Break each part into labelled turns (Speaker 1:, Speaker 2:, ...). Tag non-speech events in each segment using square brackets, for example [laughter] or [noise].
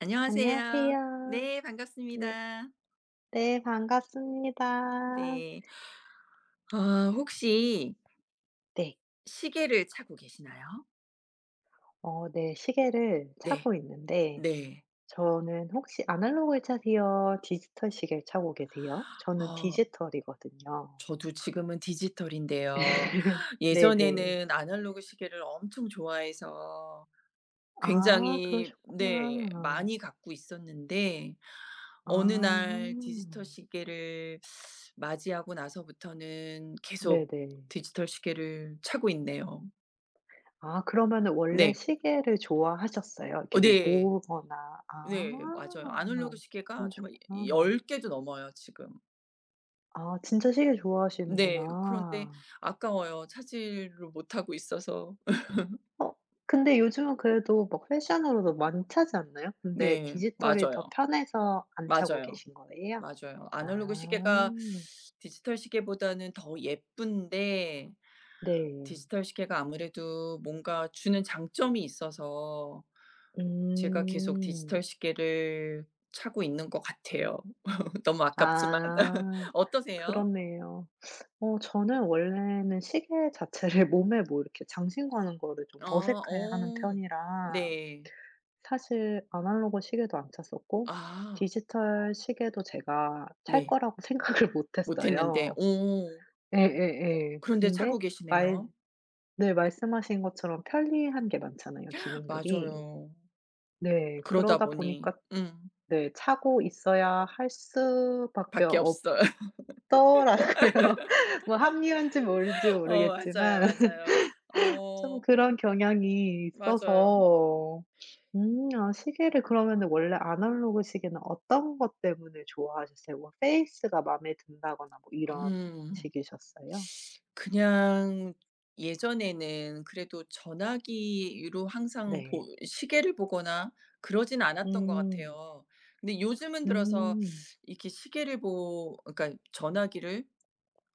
Speaker 1: 안녕하세요.
Speaker 2: 안녕하세요.
Speaker 1: 네,
Speaker 2: 네.
Speaker 1: 반갑습니다.
Speaker 2: 네 반갑습니다.
Speaker 1: 네. 아, 혹시
Speaker 2: 네.
Speaker 1: 시계를 차고 계시나요?
Speaker 2: 네 시계를
Speaker 1: 네.
Speaker 2: 차고 있는데
Speaker 1: 네.
Speaker 2: 저는 혹시 아날로그를 차세요? 디지털 시계를 차고 계세요? 저는
Speaker 1: 어,
Speaker 2: 디지털이거든요.
Speaker 1: 저도 지금은 디지털인데요.
Speaker 2: [laughs] 네네.
Speaker 1: 예전에는 아날로그 시계를 엄청 좋아해서
Speaker 2: 아
Speaker 1: 굉장히, 네,
Speaker 2: 그러셨구나.
Speaker 1: 많이 갖고 있었는데
Speaker 2: 아.
Speaker 1: 어느 날 디지털 시계를 맞이하고 나서부터는 계속
Speaker 2: 네네.
Speaker 1: 디지털 시계를 차고 있네요.
Speaker 2: 아 그러면 원래
Speaker 1: 네.
Speaker 2: 시계를 좋아하셨어요? 이렇게 뭐
Speaker 1: 네.
Speaker 2: 모으거나. 아
Speaker 1: 네. 맞아요. 아날로그 시계가 정말 열
Speaker 2: 그러셨구나.
Speaker 1: 10 개도 넘어요, 지금.
Speaker 2: 아 진짜 시계
Speaker 1: 네.
Speaker 2: 좋아하시는구나.
Speaker 1: 그런데 아까워요. 차지를 못하고 있어서.
Speaker 2: 어 근데 요즘은 그래도 막 패션으로도 많이 차지 않나요? 근데
Speaker 1: 네.
Speaker 2: 디지털이 더
Speaker 1: 맞아요.
Speaker 2: 편해서 안 차고
Speaker 1: 맞아요.
Speaker 2: 계신 거예요?
Speaker 1: 맞아요.
Speaker 2: 아.
Speaker 1: 아날로그 시계가 디지털 시계보다는 더 예쁜데
Speaker 2: 네.
Speaker 1: 디지털 시계가 아무래도 뭔가 주는 장점이 있어서 제가 계속
Speaker 2: 음.
Speaker 1: 디지털 시계를 차고 있는 것 같아요. [laughs] 너무 아깝지만. [laughs]
Speaker 2: 아
Speaker 1: 어떠세요?
Speaker 2: 그렇네요. 저는 원래는 시계 자체를 [laughs] 몸에 뭐 이렇게 장신구 하는 거를 좀
Speaker 1: 아.
Speaker 2: 어색해하는
Speaker 1: 어.
Speaker 2: 편이라
Speaker 1: 네.
Speaker 2: 사실 아날로그 시계도 안 찼었고
Speaker 1: 아,
Speaker 2: 디지털 시계도 제가 찰
Speaker 1: 네.
Speaker 2: 거라고 [laughs] 생각을 못
Speaker 1: 못 했는데,
Speaker 2: 했어요.
Speaker 1: 오,
Speaker 2: 예예예.
Speaker 1: 그런데
Speaker 2: 근데
Speaker 1: 차고
Speaker 2: 말
Speaker 1: 계시네요.
Speaker 2: 네 말씀하신 것처럼 편리한 게 많잖아요, 기능들이.
Speaker 1: 맞아요.
Speaker 2: 네.
Speaker 1: 그러다
Speaker 2: 그러다
Speaker 1: 보니
Speaker 2: 보니까
Speaker 1: 음
Speaker 2: 네 차고 있어야 할 수밖에
Speaker 1: 밖에
Speaker 2: 없더라고요.
Speaker 1: 없어요.
Speaker 2: [laughs] 뭐 합리화인지 뭔지
Speaker 1: [laughs] 맞아요,
Speaker 2: 모르겠지만.
Speaker 1: 맞아요.
Speaker 2: 좀
Speaker 1: 어
Speaker 2: 그런 경향이
Speaker 1: 맞아요.
Speaker 2: 있어서 아 시계를 그러면은 원래 아날로그 시계는 어떤 것 때문에 좋아하셨어요? 뭐 페이스가 마음에 든다거나 뭐 이런
Speaker 1: 음
Speaker 2: 식이셨어요?
Speaker 1: 그냥 예전에는 그래도 전화기로 항상
Speaker 2: 네.
Speaker 1: 보 시계를 보거나 그러진 않았던 것
Speaker 2: 음.
Speaker 1: 같아요. 근데 요즘은 들어서
Speaker 2: 음.
Speaker 1: 이렇게 시계를 보 그러니까 전화기를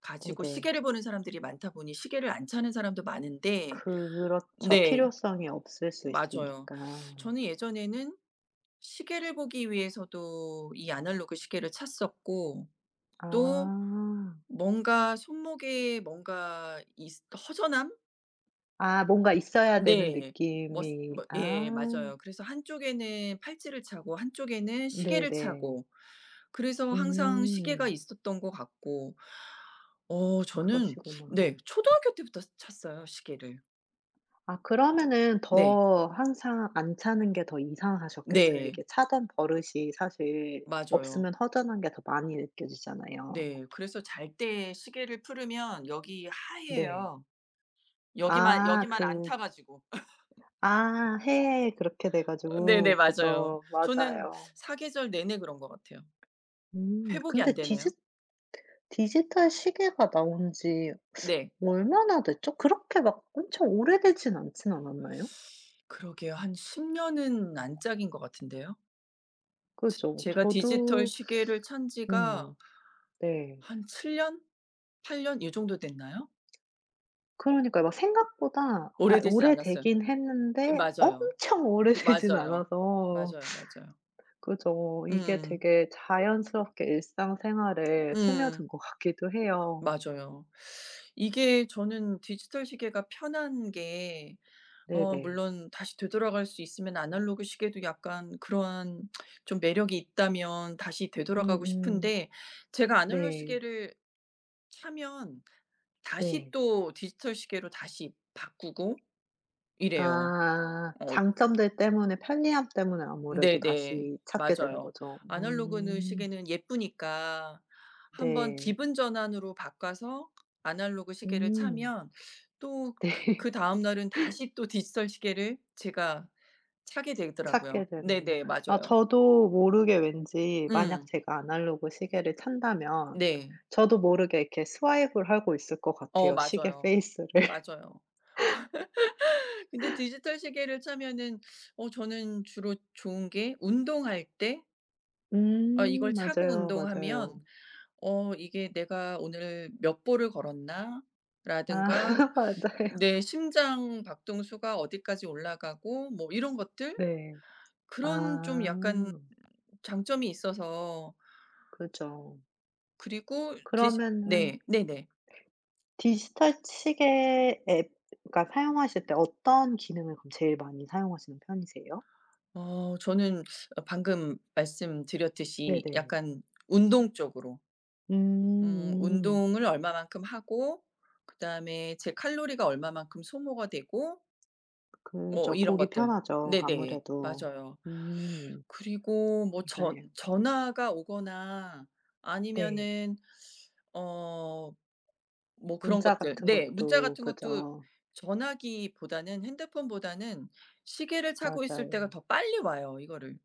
Speaker 1: 가지고
Speaker 2: 네네.
Speaker 1: 시계를 보는 사람들이 많다 보니 시계를 안 차는 사람도 많은데.
Speaker 2: 그렇죠.
Speaker 1: 네.
Speaker 2: 필요성이 없을 수
Speaker 1: 맞아요.
Speaker 2: 있으니까.
Speaker 1: 저는 예전에는 시계를 보기 위해서도 이 아날로그 시계를 찼었고
Speaker 2: 아.
Speaker 1: 또 뭔가 손목에 뭔가 있 허전함?
Speaker 2: 아 뭔가 있어야 되는
Speaker 1: 네. 머스
Speaker 2: 느낌이
Speaker 1: 뭐,
Speaker 2: 아
Speaker 1: 예, 맞아요. 그래서 한쪽에는 팔찌를 차고 한쪽에는 시계를
Speaker 2: 네네.
Speaker 1: 차고, 그래서 항상 시계가
Speaker 2: 음.
Speaker 1: 있었던 것 같고. 저는.
Speaker 2: 그러시구나.
Speaker 1: 네, 초등학교 때부터 찼어요, 시계를.
Speaker 2: 아 그러면은
Speaker 1: 네.
Speaker 2: 더 항상 안 차는 게 더 이상하셨겠어요.
Speaker 1: 네.
Speaker 2: 이게 차던 버릇이 사실
Speaker 1: 맞아요.
Speaker 2: 없으면 허전한 게 더 많이 느껴지잖아요.
Speaker 1: 네. 그래서 잘 때 시계를 풀으면 여기
Speaker 2: 네.
Speaker 1: 하얘요. 여기만
Speaker 2: 아
Speaker 1: 여기만 안
Speaker 2: 그
Speaker 1: 타 가지고. [laughs]
Speaker 2: 아 해에 그렇게 돼
Speaker 1: 네네.
Speaker 2: 가지고
Speaker 1: 맞아요.
Speaker 2: 그죠.
Speaker 1: 저는
Speaker 2: 맞아요.
Speaker 1: 사계절 내내 그런 것 같아요. 회복이
Speaker 2: 근데
Speaker 1: 안 되네요.
Speaker 2: 디지털 시계가 나온 지
Speaker 1: 네.
Speaker 2: 얼마나 됐죠? 그렇게 막 엄청 오래되진 않진 않았나요?
Speaker 1: 그러게요. 한 10 년은 안 짝인 것 같은데요. 지
Speaker 2: 그죠.
Speaker 1: 제가 디지털
Speaker 2: 저도
Speaker 1: 시계를 찬 지가
Speaker 2: 음 네.
Speaker 1: 한 7 년? 8년이 정도 됐나요?
Speaker 2: 그러니까요. 막 생각보다 아
Speaker 1: 오래되진 않았어요.
Speaker 2: 오래되긴
Speaker 1: 예,
Speaker 2: 했는데
Speaker 1: 맞아요.
Speaker 2: 엄청 오래되진
Speaker 1: 맞아요.
Speaker 2: 않아서
Speaker 1: 맞아요, 맞아요.
Speaker 2: 그죠. 이게
Speaker 1: 음.
Speaker 2: 되게 자연스럽게 일상생활에
Speaker 1: 음.
Speaker 2: 스며든 것 같기도 해요.
Speaker 1: 맞아요. 이게 저는 디지털 시계가 편한 게,
Speaker 2: 네네.
Speaker 1: 물론 다시 되돌아갈 수 있으면 아날로그 시계도 약간 그러한 좀 매력이 있다면 다시 되돌아가고
Speaker 2: 음음.
Speaker 1: 싶은데, 제가 아날로그
Speaker 2: 네.
Speaker 1: 시계를 사면 다시
Speaker 2: 네.
Speaker 1: 또 디지털 시계로 다시 바꾸고 이래요.
Speaker 2: 아
Speaker 1: 어
Speaker 2: 장점들 때문에 편리함 때문에 아무래도
Speaker 1: 네네.
Speaker 2: 다시 찾게 되는
Speaker 1: 맞아요.
Speaker 2: 거죠.
Speaker 1: 아날로그는
Speaker 2: 음.
Speaker 1: 시계는 예쁘니까 한번
Speaker 2: 네.
Speaker 1: 기분 전환으로 바꿔서 아날로그 시계를
Speaker 2: 음.
Speaker 1: 차면, 또
Speaker 2: 네.
Speaker 1: 그 다날은 다시 또 디지털 시계를 제가 차게
Speaker 2: 찾게
Speaker 1: 되더라고요.
Speaker 2: 되는군요.
Speaker 1: 네네.
Speaker 2: 아
Speaker 1: 맞아요.
Speaker 2: 저도 모르게 왠지 만약
Speaker 1: 음.
Speaker 2: 제가 아날로그 시계를 찬다면
Speaker 1: 네.
Speaker 2: 저도 모르게 이렇게 스와이프를 하고 있을 것 같아요, 시계
Speaker 1: 맞아요.
Speaker 2: 페이스를. [laughs]
Speaker 1: 맞아요. 근데 디지털 시계를 차면은, 저는 주로 좋은 게 운동할 때, 이걸 차고
Speaker 2: 맞아요, 맞아요.
Speaker 1: 운동하면 이게 "내가 오늘 몇 보를 걸었나?'
Speaker 2: 아
Speaker 1: 라든가
Speaker 2: [laughs] 맞아요.
Speaker 1: "내 심장 박동수가 어디까지 올라가고" 뭐 이런 것들?
Speaker 2: 네. 아
Speaker 1: 그런 좀 약간 장점이 있어서.
Speaker 2: 그죠.
Speaker 1: 그리고
Speaker 2: 그러면은
Speaker 1: 네. 네네.
Speaker 2: 디지털 시계 앱 그러니까 사용하실 때 어떤 기능을 그럼 제일 많이 사용하시는 편이세요?
Speaker 1: 저는, 방금 말씀드렸듯이
Speaker 2: 네네.
Speaker 1: 약간 운동 쪽으로,
Speaker 2: 음 음.
Speaker 1: 운동을 얼마만큼 하고 그다음에 제 칼로리가 얼마만큼 소모가 되고
Speaker 2: 그죠.
Speaker 1: 이런
Speaker 2: 보기
Speaker 1: 것들.
Speaker 2: 편하죠,
Speaker 1: 네네.
Speaker 2: 아무래도.
Speaker 1: 맞아요.
Speaker 2: 음.
Speaker 1: 그리고 뭐 전
Speaker 2: 맞아요.
Speaker 1: 전화가 오거나
Speaker 2: 네.
Speaker 1: 아니면은 어 뭐 그런
Speaker 2: 문자
Speaker 1: 것들,
Speaker 2: 같은
Speaker 1: 네, 문자
Speaker 2: 것도
Speaker 1: 같은 것도.
Speaker 2: 그죠.
Speaker 1: 전화기보다는 핸드폰보다는 시계를 차고 있을 때가
Speaker 2: 맞아요.
Speaker 1: 더 빨리 와요, 이거를.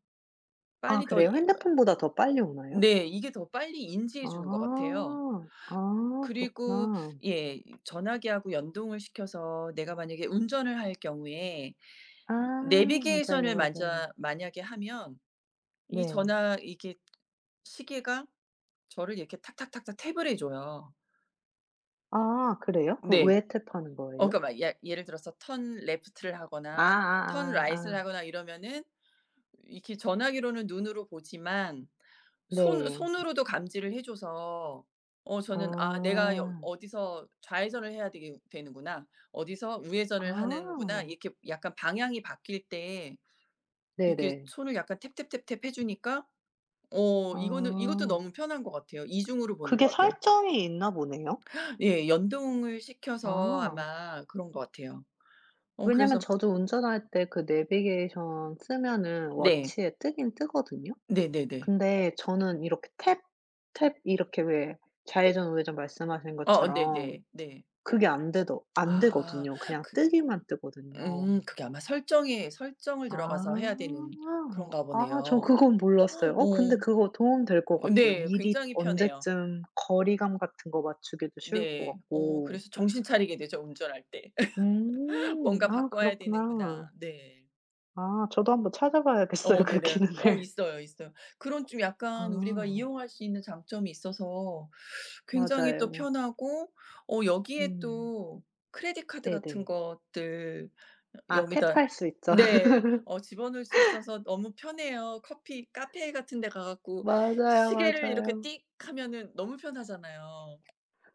Speaker 2: 아
Speaker 1: 빨리 더
Speaker 2: 그래요?
Speaker 1: 이,
Speaker 2: 핸드폰보다 더 빨리 오나요?
Speaker 1: 네, 이게 더 빨리 인지해 주는 것
Speaker 2: 아.
Speaker 1: 같아요.
Speaker 2: 아
Speaker 1: 그리고
Speaker 2: 그렇구나.
Speaker 1: 예, 전화기하고 연동을 시켜서 내가 만약에 운전을 할 경우에
Speaker 2: 아 맞아요,
Speaker 1: 내비게이션을
Speaker 2: 맞아요.
Speaker 1: 만자 만약에 하면, 이
Speaker 2: 네.
Speaker 1: 전화 이게, 시계가 저를 이렇게 탁탁탁탁 탭을 해 줘요.
Speaker 2: 아 그래요? 그럼
Speaker 1: 네.
Speaker 2: 왜 탭하는 거예요?
Speaker 1: 그러니까 막, 예를 들어서 턴 레프트를 하거나 턴
Speaker 2: 아아아아.
Speaker 1: 라이트를 하거나 이러면은 이렇게 전화기로는 눈으로 보지만 손
Speaker 2: 네.
Speaker 1: 손으로도 감지를 해 줘서, 저는 "아, 내가 여
Speaker 2: 아.
Speaker 1: 어디서 좌회전을 해야 되게 되는구나. 어디서 우회전을 하는구나."
Speaker 2: 아.
Speaker 1: 이렇게 약간 방향이 바뀔 때 이렇게
Speaker 2: 네네.
Speaker 1: 손을 약간 탭탭탭탭 해 주니까, 이거는 이것도
Speaker 2: 아.
Speaker 1: 너무 편한 것 같아요. 이중으로 보는 것
Speaker 2: 그게
Speaker 1: 같아요.
Speaker 2: 설정이 있나 보네요?
Speaker 1: 예, 연동을 시켜서
Speaker 2: 아.
Speaker 1: 아마 그런 것 같아요.
Speaker 2: 왜냐면
Speaker 1: 그래서.
Speaker 2: 저도 운전할 때 그 내비게이션 쓰면은
Speaker 1: 네.
Speaker 2: 워치에 뜨긴 뜨거든요.
Speaker 1: 네네네.
Speaker 2: 근데 저는 이렇게 탭, 탭 이렇게 왜 좌회전, 우회전 말씀하신 것처럼
Speaker 1: 네네. 네.
Speaker 2: 그게 안
Speaker 1: 아,
Speaker 2: 되거든요. 그냥
Speaker 1: 그
Speaker 2: 뜨기만 뜨거든요.
Speaker 1: 그게 아마 설정에, 설정을
Speaker 2: 아.
Speaker 1: 들어가서 해야 되는 그런가
Speaker 2: 아 저
Speaker 1: 보네요.
Speaker 2: 그건 몰랐어요. 근데
Speaker 1: 어
Speaker 2: 그거 도움 될 것 같아요.
Speaker 1: 네.
Speaker 2: 미리
Speaker 1: 굉장히 편해요.
Speaker 2: 언제쯤 거리감 같은 거 맞추기도 쉬울 것
Speaker 1: 네.
Speaker 2: 같고.
Speaker 1: 그래서 정신 차리게 되죠, 운전할 때. [laughs]
Speaker 2: 음.
Speaker 1: "뭔가
Speaker 2: 아
Speaker 1: 바꿔야
Speaker 2: 그렇구나.
Speaker 1: 되는구나." 네.
Speaker 2: 아 저도 한번 찾아봐야겠어요 그
Speaker 1: 네네.
Speaker 2: 기능을.
Speaker 1: 있어요, 있어요. 그런 좀
Speaker 2: 아
Speaker 1: 약간 우리가 이용할 수 있는 장점이 있어서 굉장히 또
Speaker 2: 맞아요.
Speaker 1: 편하고, 여기에
Speaker 2: 음
Speaker 1: 또 크레딧 카드 같은
Speaker 2: 네네.
Speaker 1: 것들
Speaker 2: 아
Speaker 1: 여기다.
Speaker 2: 탭할 수 있죠. [laughs]
Speaker 1: 네. 집어넣을 수 있어서 너무 편해요. 커피 카페 같은 데 가 갖고
Speaker 2: 맞아요,
Speaker 1: 시계를 이렇게
Speaker 2: 맞아요.
Speaker 1: 띡 하면은 너무 편하잖아요.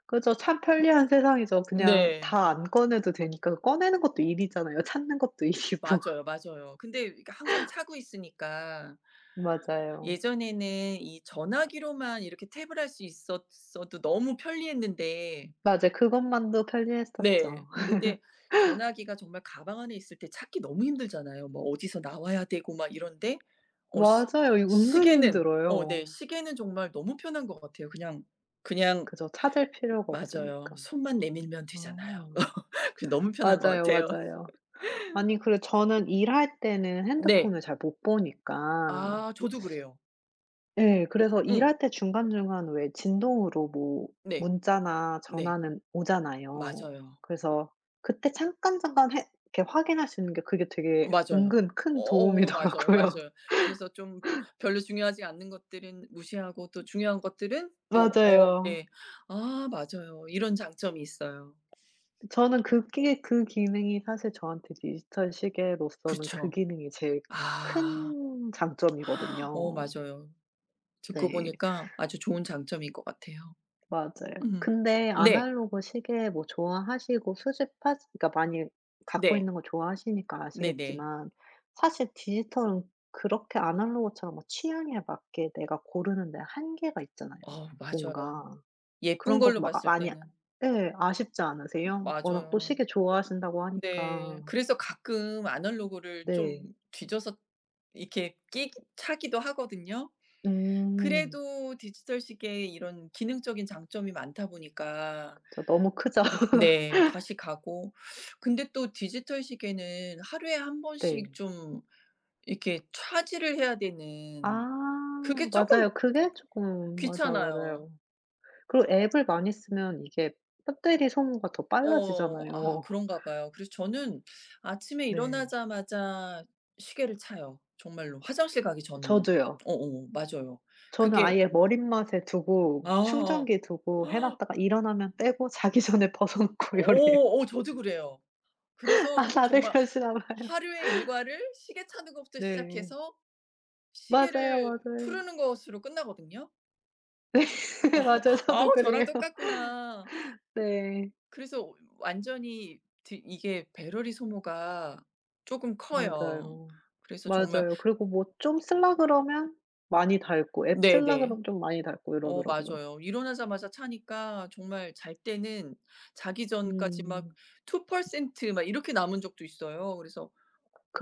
Speaker 2: 그죠. 참 편리한 세상이죠. 그냥
Speaker 1: 네.
Speaker 2: 다 안 꺼내도 되니까 그 꺼내는 것도 일이잖아요. 찾는 것도 일이고.
Speaker 1: 맞아요, 맞아요. 근데 이게 항상 차고 있으니까,
Speaker 2: [laughs] 맞아요.
Speaker 1: 예전에는 이 전화기로만 이렇게 탭을 할 수 있었어도 너무 편리했는데.
Speaker 2: 맞아요. 그것만도
Speaker 1: 네.
Speaker 2: 편리했었죠. [laughs]
Speaker 1: 근데 전화기가 정말 가방 안에 있을 때 찾기 너무 힘들잖아요. 뭐 어디서 나와야 되고 막 이런데, 어 시
Speaker 2: 맞아요. 이거 은근
Speaker 1: 시계는, 네,
Speaker 2: 힘들어요.
Speaker 1: 시계는 정말 너무 편한 것 같아요. 그냥,
Speaker 2: 그죠. 찾을 필요가
Speaker 1: 맞아요.
Speaker 2: 없으니까.
Speaker 1: 손만 내밀면
Speaker 2: 아.
Speaker 1: 되잖아요. [laughs] 너무 편한 것
Speaker 2: 맞아요,
Speaker 1: 같아요.
Speaker 2: 맞아요. 아니 그래 저는 일할 때는
Speaker 1: 네.
Speaker 2: 핸드폰을 잘 못 보니까
Speaker 1: 아, 저도 그래요.
Speaker 2: 예. 그래서
Speaker 1: 응.
Speaker 2: 일할 때 중간중간 왜 진동으로 뭐
Speaker 1: 네.
Speaker 2: 문자나
Speaker 1: 네.
Speaker 2: 전화는 오잖아요.
Speaker 1: 맞아요.
Speaker 2: 그래서 그때 잠깐잠깐 해 이렇게 확인할 수 있는 게 그게 되게
Speaker 1: 맞아요.
Speaker 2: 은근 큰
Speaker 1: 어어 맞아요,
Speaker 2: 도움이더라고요.
Speaker 1: 맞아요. 그래서 좀 별로 중요하지 않는 것들은 무시하고 또 중요한 것들은
Speaker 2: [laughs]
Speaker 1: 또,
Speaker 2: 맞아요.
Speaker 1: 네. 아, 맞아요. 이런 장점이 있어요.
Speaker 2: 저는 그게 그 기능이 사실 저한테 디지털 시계로서는 그
Speaker 1: 그쵸.
Speaker 2: 기능이 제일
Speaker 1: 아.
Speaker 2: 큰 장점이거든요.
Speaker 1: 맞아요. 듣고
Speaker 2: 네.
Speaker 1: 보니까 아주 좋은 장점인 것 같아요.
Speaker 2: 맞아요.
Speaker 1: 음.
Speaker 2: 근데
Speaker 1: 네.
Speaker 2: 아날로그 시계 뭐 좋아하시고 수집하시 그러니까 많이 갖고
Speaker 1: 네.
Speaker 2: 있는 거 좋아하시니까
Speaker 1: 네네.
Speaker 2: 아시겠지만 사실 디지털은 그렇게 아날로그처럼 뭐 취향에 맞게 내가 고르는 데 한계가 있잖아요,
Speaker 1: 맞아요.
Speaker 2: 뭔가.
Speaker 1: 예쁜
Speaker 2: 그런 거
Speaker 1: 걸로
Speaker 2: 막
Speaker 1: 봤을
Speaker 2: 많이
Speaker 1: 때는
Speaker 2: 예. 아쉽지 않으세요? 워낙 또
Speaker 1: 맞아요.
Speaker 2: 시계 좋아하신다고
Speaker 1: 네.
Speaker 2: 하니까.
Speaker 1: 그래서 가끔 아날로그를 좀
Speaker 2: 네.
Speaker 1: 뒤져서 이렇게 끼 차기도 하거든요.
Speaker 2: 음.
Speaker 1: 그래도 디지털 시계에 이런 기능적인 장점이 많다 보니까
Speaker 2: 그쵸. 너무 크죠. [laughs]
Speaker 1: 네, 다시 가고. 근데 또 디지털 시계는 하루에 한
Speaker 2: 네.
Speaker 1: 번씩 좀 이렇게 차지를 해야 되는
Speaker 2: 아
Speaker 1: 그게 쪼끔
Speaker 2: 맞아요.
Speaker 1: 귀찮아요.
Speaker 2: 맞아요. 그리고 앱을 많이 쓰면 이게 배터리 소모가 더
Speaker 1: 어. 아,
Speaker 2: 빨라지잖아요. [laughs]
Speaker 1: 그런가 봐요. 그래서 저는 아침에
Speaker 2: 네.
Speaker 1: 일어나자마자 시계를 차요. 정말로. 화장실 가기 전,
Speaker 2: 저도요.
Speaker 1: 어어 맞아요.
Speaker 2: 저는
Speaker 1: 그게.
Speaker 2: 아예 머릿맛에 두고 충전
Speaker 1: 아.
Speaker 2: 기 두고 해
Speaker 1: 어
Speaker 2: 놨다가 일어나면 빼고 [laughs] 자기 전에 벗어 놓고 요리해요.
Speaker 1: 저도 그래요.
Speaker 2: [laughs] 아
Speaker 1: 그래서
Speaker 2: 다들
Speaker 1: 정말
Speaker 2: 그러시나 봐요.
Speaker 1: 하루의 일과를 시계 차는 것부터
Speaker 2: 네.
Speaker 1: 시작해서
Speaker 2: 맞아요,
Speaker 1: 시계를
Speaker 2: 맞아요.
Speaker 1: 푸르는 것으로 끝나거든요. 어.
Speaker 2: [laughs] 맞아요.
Speaker 1: [laughs] 아우,
Speaker 2: 저도
Speaker 1: 저랑
Speaker 2: 그래요. [laughs]
Speaker 1: 똑같구나.
Speaker 2: 네.
Speaker 1: 그래서 완전히 드 이게 배러리 소모가 조금 커요.
Speaker 2: 맞아요.
Speaker 1: 그래서 정말.
Speaker 2: 맞아요. 그리고 뭐 좀 쓰려 그러면 많이 닳고 앱 쓰려
Speaker 1: 네네.
Speaker 2: 그러면 좀 많이 닳고 이러더라고요.
Speaker 1: 맞아요. 일어나자마자 차니까 정말 잘 때는, 자기 전까지 막
Speaker 2: 음.
Speaker 1: 2%막 이렇게 남은 적도 있어요. 그래서.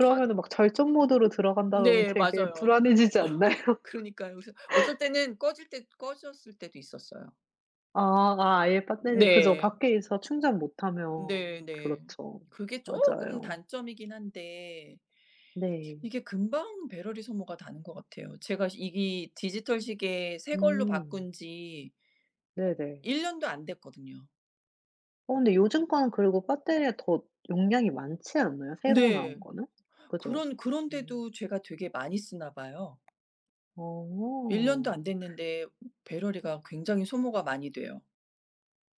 Speaker 1: 차.
Speaker 2: 막 절전 모드로 들어간다 그러면
Speaker 1: 네,
Speaker 2: 되게
Speaker 1: 맞아요.
Speaker 2: 불안해지지 않나요?
Speaker 1: [laughs]
Speaker 2: [laughs]
Speaker 1: 그러니까요. 그래서 어쩔 때는 꺼질 때 꺼졌을 때도 있었어요.
Speaker 2: 아예 배터리 그죠.
Speaker 1: 네.
Speaker 2: 밖에서 충전 못하면
Speaker 1: 네네.
Speaker 2: 그렇죠.
Speaker 1: 그게 조금
Speaker 2: 맞아요.
Speaker 1: 단점이긴 한데
Speaker 2: 네.
Speaker 1: 이게 금방 배터리 소모가 다는 것 같아요. 제가 이 디지털 시계 새 걸로
Speaker 2: 음.
Speaker 1: 바꾼 지
Speaker 2: 네네.
Speaker 1: 1 년도 안 됐거든요.
Speaker 2: 어 근데 요즘 거는 그리고 배터리가 더 용량이 많지 않나요? 새로
Speaker 1: 네.
Speaker 2: 나온 거는? 그죠?
Speaker 1: 그런
Speaker 2: 음.
Speaker 1: 그런데도 제가 되게 많이 쓰나 봐요. 1
Speaker 2: 어.
Speaker 1: 년도 안 됐는데 배터리가 굉장히 소모가 많이 돼요.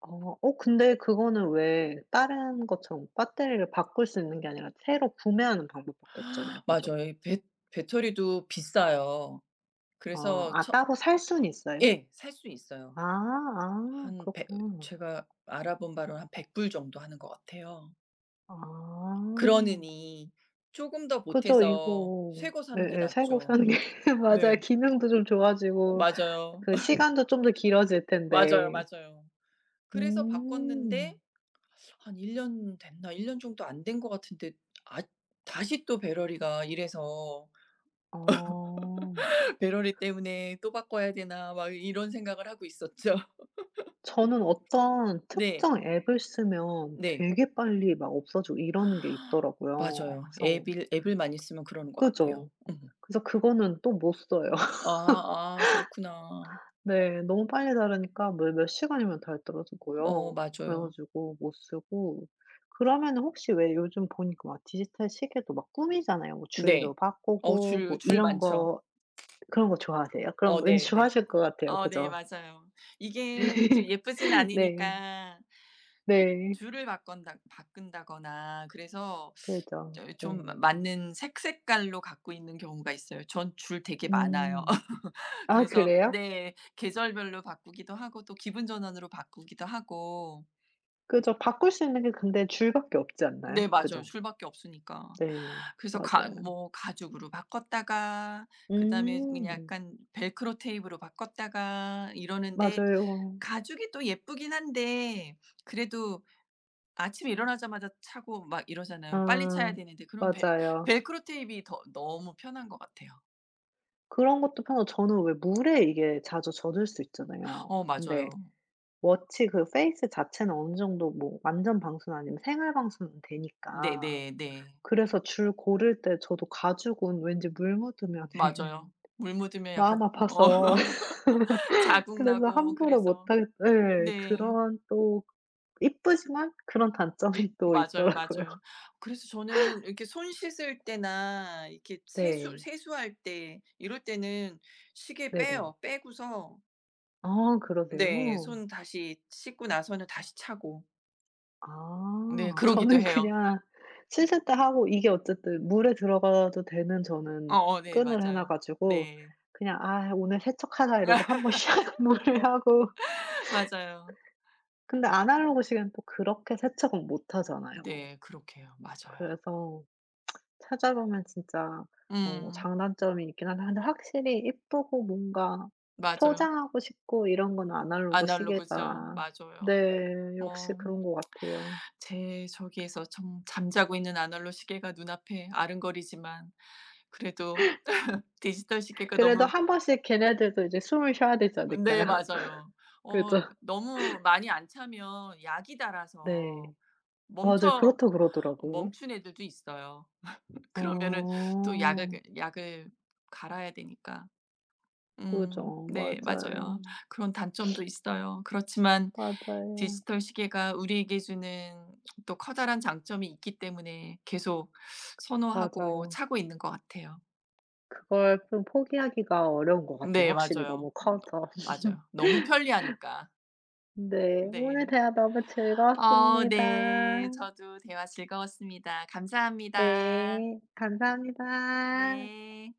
Speaker 2: 아 근데 그거는 왜 다른 것처럼 배터리를 바꿀 수 있는 게 아니라 새로 구매하는 방법밖에 없잖아요. 그죠?
Speaker 1: 맞아요. 이 배 배터리도 비싸요.
Speaker 2: 아.
Speaker 1: 그래서
Speaker 2: 아
Speaker 1: 처
Speaker 2: 따로 살 수는 있어요?
Speaker 1: 예. 살 수 있어요.
Speaker 2: 아
Speaker 1: 한 백
Speaker 2: 그렇구나.
Speaker 1: 제가 알아본 바로는 한 100불 정도 하는 것 같아요.
Speaker 2: 아.
Speaker 1: 그러느니 쪼금 더
Speaker 2: 그죠
Speaker 1: 보태서
Speaker 2: 이거.
Speaker 1: 새거 사는 게
Speaker 2: 예예. 살고
Speaker 1: 낫죠.
Speaker 2: 사는 게 [laughs] 맞아요.
Speaker 1: 네.
Speaker 2: 기능도 좀 좋아지고
Speaker 1: 맞아요.
Speaker 2: 그
Speaker 1: [laughs]
Speaker 2: 시간도 좀 더 길어질
Speaker 1: 맞아요,
Speaker 2: 텐데.
Speaker 1: 맞아요. 그래서 바꿨는데
Speaker 2: 음.
Speaker 1: 한 1년 됐나? 1년 정도 안 된 것 같은데, 아 다시 또 배러리가 이래서,
Speaker 2: 어.
Speaker 1: [laughs] "배러리 때문에 또 바꿔야 되나?" 막 이런 생각을 하고 있었죠. [laughs]
Speaker 2: 저는 어떤
Speaker 1: 네.
Speaker 2: 특정 앱을 쓰면
Speaker 1: 네.
Speaker 2: 되게 빨리 막 없어지고 이러는 게 있더라고요.
Speaker 1: 맞아요.
Speaker 2: 그래서
Speaker 1: 앱일 앱을 많이 쓰면 그러는 것 같아요.
Speaker 2: 그죠.
Speaker 1: 음.
Speaker 2: 그래서 그거는 또 못 써요.
Speaker 1: 아, 아, 그렇구나.
Speaker 2: 네. 너무 빨리 자르니까 뭐 몇 시간이면 달 떨어지고요. 그래
Speaker 1: 맞아요.
Speaker 2: 가지고 못 쓰고 그러면 혹시 왜 요즘 보니까 막 디지털 시계도 막 꾸미잖아요. 뭐 줄도
Speaker 1: 네.
Speaker 2: 바꾸고
Speaker 1: 줄
Speaker 2: 뭐
Speaker 1: 줄
Speaker 2: 이런
Speaker 1: 많죠.
Speaker 2: 거 그런 거 좋아하세요? 그럼 왠지
Speaker 1: 네네.
Speaker 2: 좋아하실 것 같아요.
Speaker 1: 네,
Speaker 2: 그죠?
Speaker 1: 맞아요. 이게 좀 예쁘진
Speaker 2: [laughs] 네.
Speaker 1: 않으니까
Speaker 2: 네.
Speaker 1: 줄을 바꾼다 바꾼다거나, 그래서
Speaker 2: 그죠.
Speaker 1: 저 좀
Speaker 2: 네.
Speaker 1: 맞는 색 색깔로 갖고 있는 경우가 있어요. 전 줄 되게 많아요.
Speaker 2: 음.
Speaker 1: [laughs]
Speaker 2: 아
Speaker 1: 그래서
Speaker 2: 그래요?
Speaker 1: 네, 계절별로 바꾸기도 하고 또 기분 전환으로 바꾸기도 하고.
Speaker 2: 그죠. 바꿀 수 있는 게 근데 줄 밖에 없지 않나요?
Speaker 1: 네, 맞아요.
Speaker 2: 그죠?
Speaker 1: 줄밖에 없으니까.
Speaker 2: 네.
Speaker 1: 그래서 가
Speaker 2: 맞아요.
Speaker 1: 뭐 가죽으로 바꿨다가 그다음에 그냥
Speaker 2: 음.
Speaker 1: 약간 벨크로 테이프로 바꿨다가 이러는데,
Speaker 2: 맞아요.
Speaker 1: 가죽이 또 예쁘긴 한데 그래도 아침에 일어나자마자 차고 막 이러잖아요. 빨리 차야
Speaker 2: 아.
Speaker 1: 되는데 그럼 벨,
Speaker 2: 맞아요.
Speaker 1: 벨크로 테이프가 더 너무 편한 것 같아요.
Speaker 2: 그런 것도 편하고 저는 왜 물에 이게 자주 젖을 수 있잖아요. 근데
Speaker 1: 맞아요.
Speaker 2: 워치 그 페이스 자체는 어느 정도 뭐 완전 방수는 아니면 생활 방수는 되니까
Speaker 1: 네네네.
Speaker 2: 그래서 줄 고를 때 저도 가죽은 왠지 물 묻으면은
Speaker 1: 맞아요.
Speaker 2: [laughs]
Speaker 1: 물 묻으면 약간
Speaker 2: 마음 아파서
Speaker 1: [laughs]
Speaker 2: [laughs]
Speaker 1: 자국
Speaker 2: 그래서
Speaker 1: 나고
Speaker 2: 함부로 못
Speaker 1: 그래서.
Speaker 2: 하겠 예.
Speaker 1: 네.
Speaker 2: 그런 또 이쁘지만 그런 단점이 또
Speaker 1: 맞아요,
Speaker 2: 있더라고요.
Speaker 1: 맞아요.
Speaker 2: [laughs]
Speaker 1: 그래서 저는 이렇게 손 씻을 때나 이렇게
Speaker 2: 네.
Speaker 1: 세수할 때 이럴 때는 시계
Speaker 2: 네네.
Speaker 1: 빼요. 빼고서
Speaker 2: 아
Speaker 1: 네,
Speaker 2: 그러세요?
Speaker 1: 손 다시 씻고 나서는 다시 차고 네,
Speaker 2: 아.
Speaker 1: 그러기도
Speaker 2: 저는
Speaker 1: 해요.
Speaker 2: 그냥 씻세때 하고 이게 어쨌든 물에 들어가도 되는 저는
Speaker 1: 어어 네,
Speaker 2: 끈을 해놔
Speaker 1: 맞아요.
Speaker 2: 가지고
Speaker 1: 네.
Speaker 2: 그냥 '아 오늘 세척하자.' 이러고 한 번
Speaker 1: [laughs]
Speaker 2: [laughs] 샥 물을 하고
Speaker 1: 맞아요.
Speaker 2: 근데 아날로그 시계는 또 그렇게 세척은 못 하잖아요.
Speaker 1: 네, 그렇게 해요. 맞아요.
Speaker 2: 그래서 찾아보면 진짜
Speaker 1: 음
Speaker 2: 장단점이 있긴 한데 근데 확실히 이쁘고 뭔가
Speaker 1: 맞아요.
Speaker 2: 소장하고 싶고 이런 건 아날로그
Speaker 1: 아날로그죠.
Speaker 2: 시계가
Speaker 1: 맞아요.
Speaker 2: 네. 역시
Speaker 1: 어
Speaker 2: 그런 것 같아요.
Speaker 1: 제 저기에서 좀 잠자고 있는 아날로그 시계가 눈앞에 아른거리지만 그래도 디지털 시계가
Speaker 2: 그래도
Speaker 1: 너무.
Speaker 2: 한 번씩 걔네들도 이제 숨을 쉬어야 되지 않을까요?
Speaker 1: 네, 맞아요.
Speaker 2: [laughs] 그죠.
Speaker 1: 너무 많이 안 차면 약이
Speaker 2: 네.
Speaker 1: 달아서
Speaker 2: 맞아요. 그렇
Speaker 1: 멈춰
Speaker 2: 다 그러더라고요.
Speaker 1: 멈춘 애들도 있어요.
Speaker 2: 아,
Speaker 1: 그러면은 또 약을 그 약을 갈아야 되니까. 음
Speaker 2: 그죠.
Speaker 1: 네,
Speaker 2: 맞아요.
Speaker 1: 맞아요. 그런 단점도 있어요. 그렇지만
Speaker 2: 맞아요.
Speaker 1: 디지털 시계가 우리에게 주는 또 커다란 장점이 있기 때문에 계속 선호하고
Speaker 2: 맞아요.
Speaker 1: 차고 있는 것 같아요.
Speaker 2: 그걸 좀 포기하기가 어려운 것 같아요,
Speaker 1: 네,
Speaker 2: 확실히
Speaker 1: 맞아요.
Speaker 2: 너무 커서.
Speaker 1: 맞아요.
Speaker 2: [laughs]
Speaker 1: 너무 편리하니까.
Speaker 2: 네. 오늘
Speaker 1: 네.
Speaker 2: 대화 너무 즐거웠습니다.
Speaker 1: 네. 저도 대화 즐거웠습니다. 감사합니다.
Speaker 2: 네. 감사합니다.
Speaker 1: 네.